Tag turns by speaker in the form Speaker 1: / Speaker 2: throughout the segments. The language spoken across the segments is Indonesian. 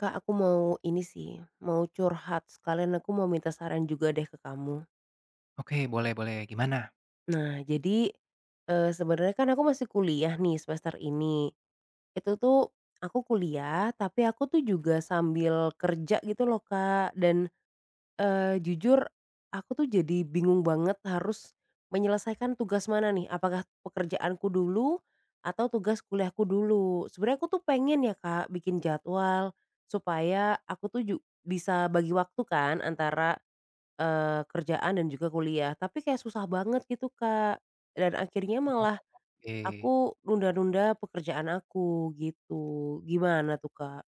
Speaker 1: Kak, aku mau ini sih, mau curhat sekalian aku mau minta saran juga deh ke kamu.
Speaker 2: Oke, boleh boleh. Gimana?
Speaker 1: Nah, jadi, sebenarnya kan aku masih kuliah nih semester ini. Itu tuh aku kuliah, tapi aku tuh juga sambil kerja gitu loh, Kak, dan jujur aku tuh jadi bingung banget harus menyelesaikan tugas mana nih, apakah pekerjaanku dulu atau tugas kuliahku dulu. Sebenarnya aku tuh pengen ya, Kak, bikin jadwal supaya aku tuh ju bisa bagi waktu kan antara, kerjaan dan juga kuliah, tapi kayak susah banget gitu, Kak, dan akhirnya
Speaker 2: Oh,
Speaker 1: malah
Speaker 2: oke.
Speaker 1: aku nunda-nunda pekerjaan aku gitu. Gimana tuh, Kak?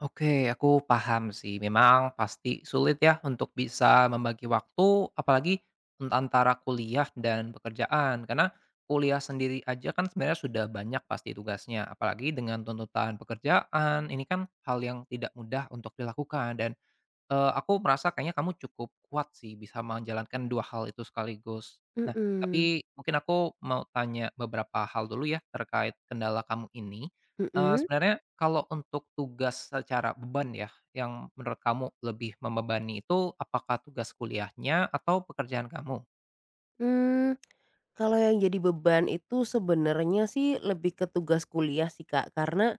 Speaker 2: Oke, aku paham sih. Memang pasti sulit ya untuk bisa membagi waktu, apalagi antara kuliah dan pekerjaan. Karena kuliah sendiri aja kan sebenarnya sudah banyak pasti tugasnya. Apalagi dengan tuntutan pekerjaan, ini kan hal yang tidak mudah untuk dilakukan. Dan aku merasa kayaknya kamu cukup kuat sih bisa menjalankan 2 hal itu sekaligus. Nah,
Speaker 1: Mhm,
Speaker 2: tapi mungkin aku mau tanya beberapa hal dulu ya terkait kendala kamu ini.
Speaker 1: mhm.
Speaker 2: Sebenarnya kalau untuk tugas secara beban ya, yang menurut kamu lebih membebani itu apakah tugas kuliahnya atau pekerjaan kamu?
Speaker 1: Hmm, kalau yang jadi beban itu sebenarnya sih lebih ke tugas kuliah sih, Kak. Karena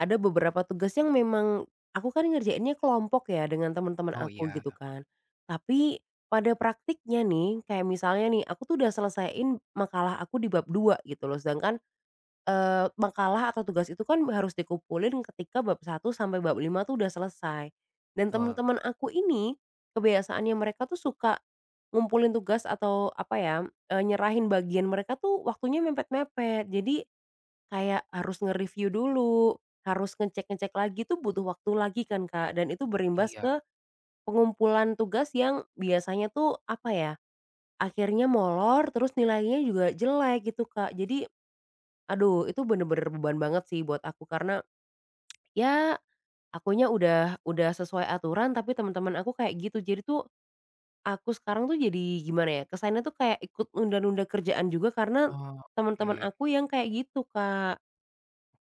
Speaker 1: ada beberapa tugas yang memang aku kan ngerjainnya kelompok ya dengan teman-teman
Speaker 2: Oh
Speaker 1: aku
Speaker 2: iya,
Speaker 1: gitu kan. Tapi pada praktiknya nih, kayak misalnya nih, aku tuh udah selesaiin makalah aku di bab 2 gitu loh, sedangkan makalah atau tugas itu kan harus dikumpulin ketika bab satu sampai bab 5 tuh udah selesai. Dan
Speaker 2: betul.
Speaker 1: teman-teman aku ini, kebiasaannya mereka tuh suka ngumpulin tugas atau apa ya, nyerahin bagian mereka tuh waktunya mepet-mepet. Jadi kayak harus nge-review dulu, harus ngecek-ngecek lagi tuh butuh waktu lagi kan, Kak, dan itu berimbas
Speaker 2: Iya,
Speaker 1: ke pengumpulan tugas yang biasanya tuh apa ya, akhirnya molor terus nilainya juga jelek gitu, Kak. Jadi aduh, itu bener-bener beban banget sih buat aku karena, ya akunya udah sesuai aturan tapi teman-teman aku kayak gitu. Jadi tuh aku sekarang tuh jadi gimana ya, kesannya tuh kayak ikut nunda-nunda kerjaan juga karena
Speaker 2: oh,
Speaker 1: teman-teman
Speaker 2: oke.
Speaker 1: aku yang kayak gitu, Kak.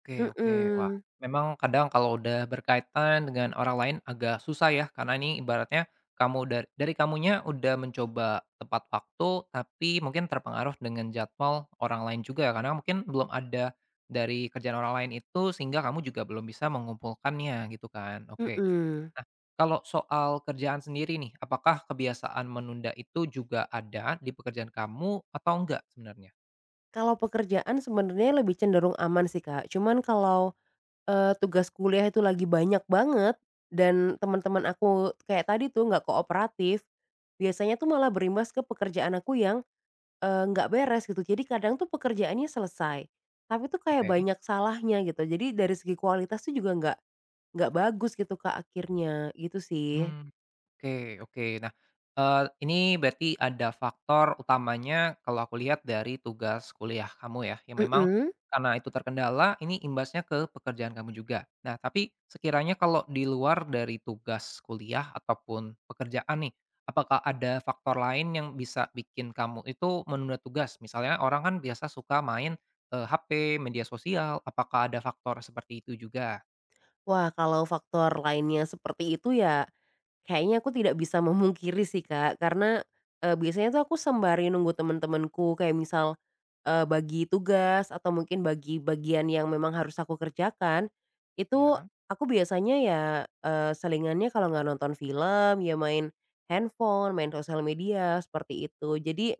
Speaker 2: Oke, oke. Wah,
Speaker 1: Mhm,
Speaker 2: memang kadang kalau udah berkaitan dengan orang lain agak susah ya, karena ini ibaratnya kamu dari kamunya udah mencoba tepat waktu, tapi mungkin terpengaruh dengan jadwal orang lain juga ya, karena mungkin belum ada dari kerjaan orang lain itu, sehingga kamu juga belum bisa mengumpulkannya gitu kan. Oke.
Speaker 1: mhm.
Speaker 2: Nah, kalau soal kerjaan sendiri nih, apakah kebiasaan menunda itu juga ada di pekerjaan kamu atau enggak sebenarnya?
Speaker 1: Kalau pekerjaan sebenarnya lebih cenderung aman sih, Kak. Cuman kalau, tugas kuliah itu lagi banyak banget dan teman-teman aku kayak tadi tuh nggak kooperatif, biasanya tuh malah berimbas ke pekerjaan aku yang nggak beres gitu. Jadi kadang tuh pekerjaannya selesai, tapi tuh kayak
Speaker 2: Oke.
Speaker 1: banyak salahnya gitu. Jadi dari segi kualitas tuh juga nggak bagus gitu ke akhirnya, gitu sih.
Speaker 2: Mmm, oke, oke. Nah, ini berarti ada faktor utamanya kalau aku lihat dari tugas kuliah kamu ya, yang memang
Speaker 1: Mhm.
Speaker 2: karena itu terkendala, ini imbasnya ke pekerjaan kamu juga. Nah, tapi sekiranya kalau di luar dari tugas kuliah ataupun pekerjaan nih, apakah ada faktor lain yang bisa bikin kamu itu menunda tugas? Misalnya orang kan biasa suka main, HP, media sosial, apakah ada faktor seperti itu juga?
Speaker 1: Wah, kalau faktor lainnya seperti itu ya, kayaknya aku tidak bisa memungkiri sih, Kak. Karena, biasanya tuh aku sembari nunggu temen-temenku kayak misal, bagi tugas atau mungkin bagi bagian yang memang harus aku kerjakan, itu
Speaker 2: Ya.
Speaker 1: aku biasanya ya, selingannya kalau nggak nonton film, ya main handphone, main sosial media, seperti itu. Jadi,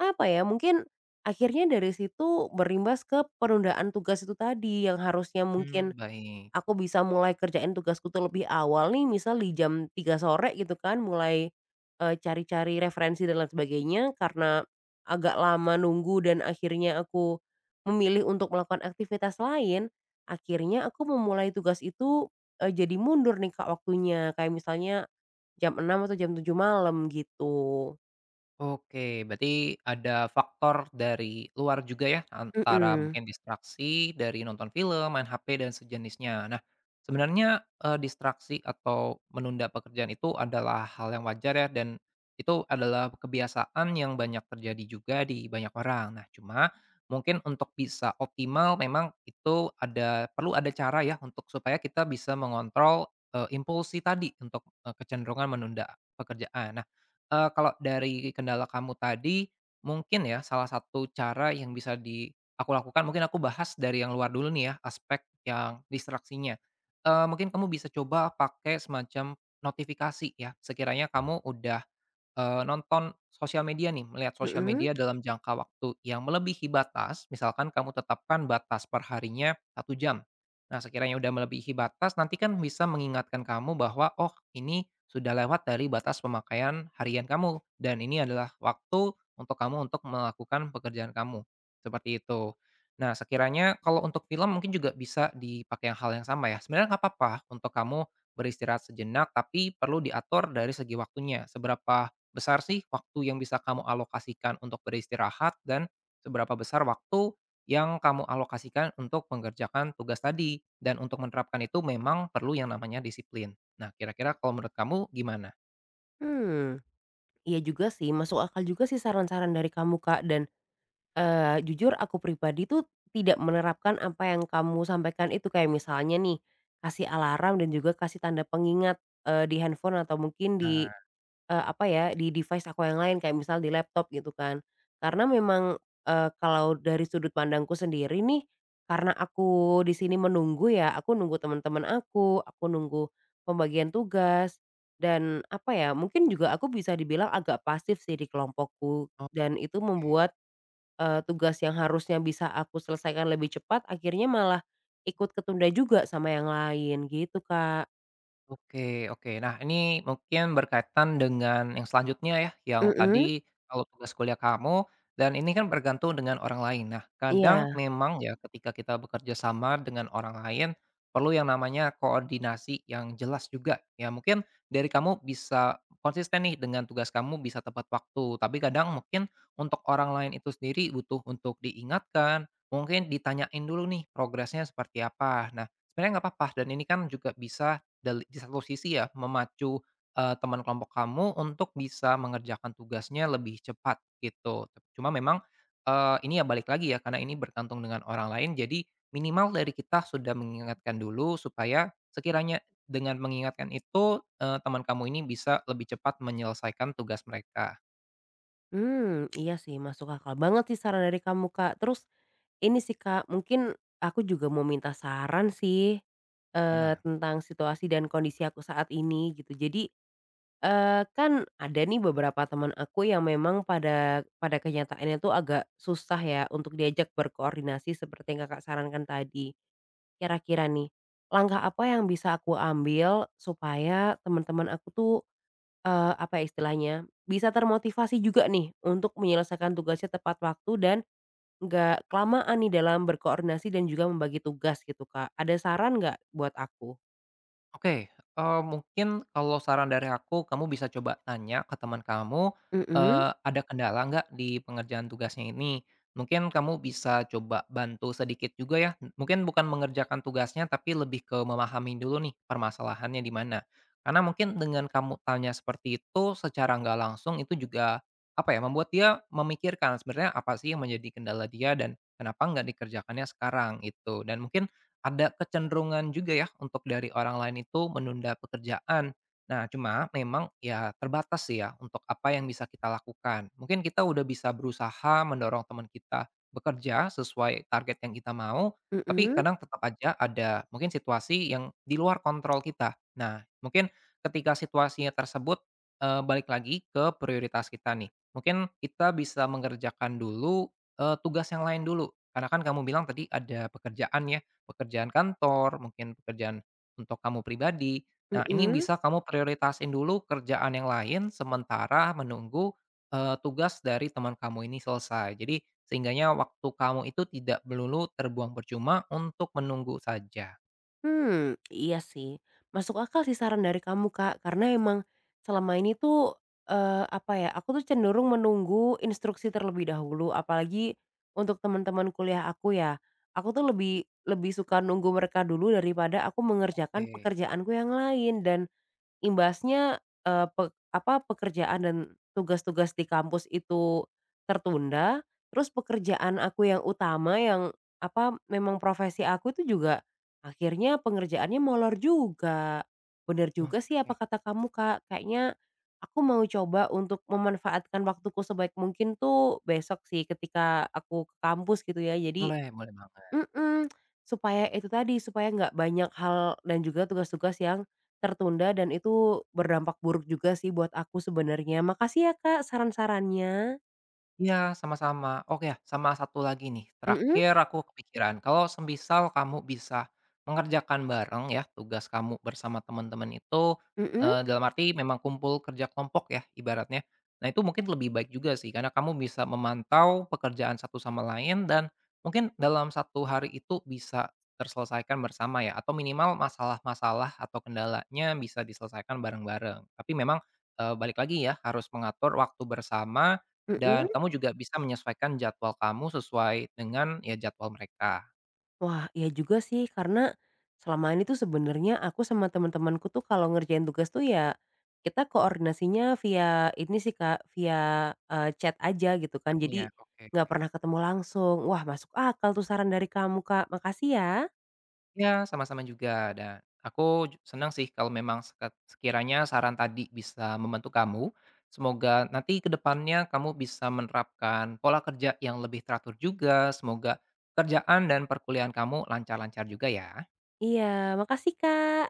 Speaker 1: apa ya, mungkin akhirnya dari situ berimbas ke penundaan tugas itu tadi yang harusnya mungkin
Speaker 2: Hmm. Baik.
Speaker 1: aku bisa mulai kerjain tugasku tuh lebih awal nih misal di jam tiga sore gitu kan mulai, cari-cari referensi dan lain sebagainya karena agak lama nunggu dan akhirnya aku memilih untuk melakukan aktivitas lain, akhirnya aku memulai tugas itu, jadi mundur nih Kak waktunya kayak misalnya jam enam atau jam tujuh malam gitu.
Speaker 2: Oke, berarti ada faktor dari luar juga ya, antara
Speaker 1: Mhm,
Speaker 2: mungkin distraksi dari nonton film, main HP, dan sejenisnya. Nah, sebenarnya, distraksi atau menunda pekerjaan itu adalah hal yang wajar ya, dan itu adalah kebiasaan yang banyak terjadi juga di banyak orang. Nah, cuma mungkin untuk bisa optimal memang itu ada perlu ada cara ya untuk supaya kita bisa mengontrol, impulsi tadi untuk, kecenderungan menunda pekerjaan. Nah kalau dari kendala kamu tadi, mungkin ya salah satu cara yang bisa aku lakukan mungkin aku bahas dari yang luar dulu nih ya, aspek yang distraksinya. Mungkin kamu bisa coba pakai semacam notifikasi ya, sekiranya kamu udah nonton sosial media nih, melihat sosial
Speaker 1: mhm,
Speaker 2: media dalam jangka waktu yang melebihi batas, misalkan kamu tetapkan batas perharinya 1 jam. Nah, sekiranya udah melebihi batas, nanti kan bisa mengingatkan kamu bahwa, "Oh, ini sudah lewat dari batas pemakaian harian kamu, dan ini adalah waktu untuk kamu untuk melakukan pekerjaan kamu." Seperti itu. Nah, sekiranya kalau untuk film mungkin juga bisa dipakai yang hal yang sama ya, sebenarnya nggak apa-apa untuk kamu beristirahat sejenak, tapi perlu diatur dari segi waktunya, seberapa besar sih waktu yang bisa kamu alokasikan untuk beristirahat dan seberapa besar waktu yang kamu alokasikan untuk mengerjakan tugas tadi? Dan untuk menerapkan itu memang perlu yang namanya disiplin. Nah, kira-kira kalau menurut kamu gimana?
Speaker 1: hmm. Iya juga sih masuk akal juga sih saran-saran dari kamu Kak dan jujur aku pribadi tuh tidak menerapkan apa yang kamu sampaikan itu, kayak misalnya nih, kasih alarm dan juga kasih tanda pengingat, di handphone atau mungkin
Speaker 2: Nah,
Speaker 1: apa ya, di device aku yang lain kayak misal di laptop gitu kan. Karena memang, kalau dari sudut pandangku sendiri nih, karena aku di sini menunggu ya, aku nunggu teman-teman aku nunggu pembagian tugas dan apa ya, mungkin juga aku bisa dibilang agak pasif sih di kelompokku dan itu
Speaker 2: oke.
Speaker 1: membuat tugas yang harusnya bisa aku selesaikan lebih cepat akhirnya malah ikut ketunda juga sama yang lain gitu, Kak.
Speaker 2: Oke, oke. Nah, ini mungkin berkaitan dengan yang selanjutnya ya, yang
Speaker 1: Mhm,
Speaker 2: tadi kalau tugas kuliah kamu dan ini kan bergantung dengan orang lain. Nah, kadang
Speaker 1: iya.
Speaker 2: memang ya ketika kita bekerja sama dengan orang lain, perlu yang namanya koordinasi yang jelas juga. Ya mungkin dari kamu bisa konsisten nih dengan tugas kamu bisa tepat waktu, tapi kadang mungkin untuk orang lain itu sendiri butuh untuk diingatkan, mungkin ditanyain dulu nih progresnya seperti apa. Nah, sebenarnya nggak apa-apa dan ini kan juga bisa di satu sisi ya memacu, teman kelompok kamu untuk bisa mengerjakan tugasnya lebih cepat gitu. Cuma memang, ini ya balik lagi ya karena ini bergantung dengan orang lain jadi minimal dari kita sudah mengingatkan dulu supaya sekiranya dengan mengingatkan itu, teman kamu ini bisa lebih cepat menyelesaikan tugas mereka.
Speaker 1: Mmm, iya sih masuk akal banget sih saran dari kamu, Kak. Terus ini sih, Kak, mungkin aku juga mau minta saran sih,
Speaker 2: Gimana?
Speaker 1: tentang situasi dan kondisi aku saat ini gitu. Jadi, kan ada nih beberapa teman aku yang memang pada pada kenyataannya tuh agak susah ya untuk diajak berkoordinasi seperti yang Kakak sarankan tadi. Kira-kira nih, langkah apa yang bisa aku ambil supaya teman-teman aku tuh, apa ya istilahnya, bisa termotivasi juga nih untuk menyelesaikan tugasnya tepat waktu dan nggak kelamaan nih dalam berkoordinasi dan juga membagi tugas gitu, Kak. Ada saran nggak buat aku?
Speaker 2: Oke, mungkin kalau saran dari aku, kamu bisa coba tanya ke teman kamu,
Speaker 1: Mhm,
Speaker 2: ada kendala nggak di pengerjaan tugasnya ini? Mungkin kamu bisa coba bantu sedikit juga ya, mungkin bukan mengerjakan tugasnya, tapi lebih ke memahami dulu nih permasalahannya di mana. Karena mungkin dengan kamu tanya seperti itu secara nggak langsung itu juga, apa ya, membuat dia memikirkan sebenarnya apa sih yang menjadi kendala dia dan kenapa nggak dikerjakannya sekarang, gitu. Dan mungkin ada kecenderungan juga ya untuk dari orang lain itu menunda pekerjaan. Nah, cuma memang ya terbatas sih ya untuk apa yang bisa kita lakukan. Mungkin kita udah bisa berusaha mendorong teman kita bekerja sesuai target yang kita mau, tapi
Speaker 1: mhm,
Speaker 2: kadang tetap aja ada mungkin situasi yang di luar kontrol kita. Nah, mungkin ketika situasinya tersebut eh, balik lagi ke prioritas kita nih. Mungkin kita bisa mengerjakan dulu eh, tugas yang lain dulu. Karena kan kamu bilang tadi ada pekerjaan ya. Pekerjaan kantor, mungkin pekerjaan untuk kamu pribadi. Nah, ini
Speaker 1: mhm.
Speaker 2: bisa kamu prioritasin dulu kerjaan yang lain sementara menunggu, tugas dari teman kamu ini selesai. Jadi, sehingganya waktu kamu itu tidak melulu terbuang percuma untuk menunggu saja.
Speaker 1: Hmm, iya sih. Masuk akal sih saran dari kamu, Kak, karena emang selama ini tuh, apa ya, aku tuh cenderung menunggu instruksi terlebih dahulu, apalagi untuk teman-teman kuliah aku ya. Aku tuh lebih lebih suka nunggu mereka dulu daripada aku mengerjakan
Speaker 2: Oke,
Speaker 1: pekerjaanku yang lain dan imbasnya, eee, pe apa, pekerjaan dan tugas-tugas di kampus itu tertunda, terus pekerjaan aku yang utama yang, apa, memang profesi aku itu juga akhirnya pengerjaannya molor juga. Bener juga sih
Speaker 2: oke.
Speaker 1: apa kata kamu, Kak, kayaknya aku mau coba untuk memanfaatkan waktuku sebaik mungkin tuh besok sih ketika aku ke kampus gitu ya. Jadi
Speaker 2: Boleh boleh banget.
Speaker 1: mhm, supaya itu tadi, supaya nggak banyak hal dan juga tugas-tugas yang tertunda dan itu berdampak buruk juga sih buat aku sebenarnya. Makasih ya, Kak, saran-sarannya.
Speaker 2: Iya, sama-sama. Oke, sama satu lagi nih,
Speaker 1: Mhm,
Speaker 2: terakhir aku kepikiran, kalau semisal kamu bisa mengerjakan bareng ya tugas kamu bersama teman-teman itu,
Speaker 1: mhm,
Speaker 2: dalam arti memang kumpul kerja kelompok ya ibaratnya. Nah itu mungkin lebih baik juga sih karena kamu bisa memantau pekerjaan satu sama lain dan mungkin dalam 1 hari itu bisa terselesaikan bersama ya atau minimal masalah-masalah atau kendalanya bisa diselesaikan bareng-bareng. Tapi memang, balik lagi ya harus mengatur waktu bersama dan
Speaker 1: mhm.
Speaker 2: kamu juga bisa menyesuaikan jadwal kamu sesuai dengan, ya jadwal mereka,
Speaker 1: Wah, iya juga sih karena selama ini tuh sebenarnya aku sama teman-temanku tuh kalau ngerjain tugas tuh ya kita koordinasinya via ini sih, Kak, via, chat aja gitu kan.
Speaker 2: niatnya.
Speaker 1: Jadi
Speaker 2: Oke.
Speaker 1: nggak pernah ketemu langsung. Wah, masuk akal tuh saran dari kamu, Kak. Makasih ya.
Speaker 2: Ya, sama-sama juga, dan aku senang sih kalau memang sekiranya saran tadi bisa membantu kamu. Semoga nanti ke depannya kamu bisa menerapkan pola kerja yang lebih teratur juga, semoga kerjaan dan perkuliahan kamu lancar-lancar juga ya.
Speaker 1: Iya, makasih Kak.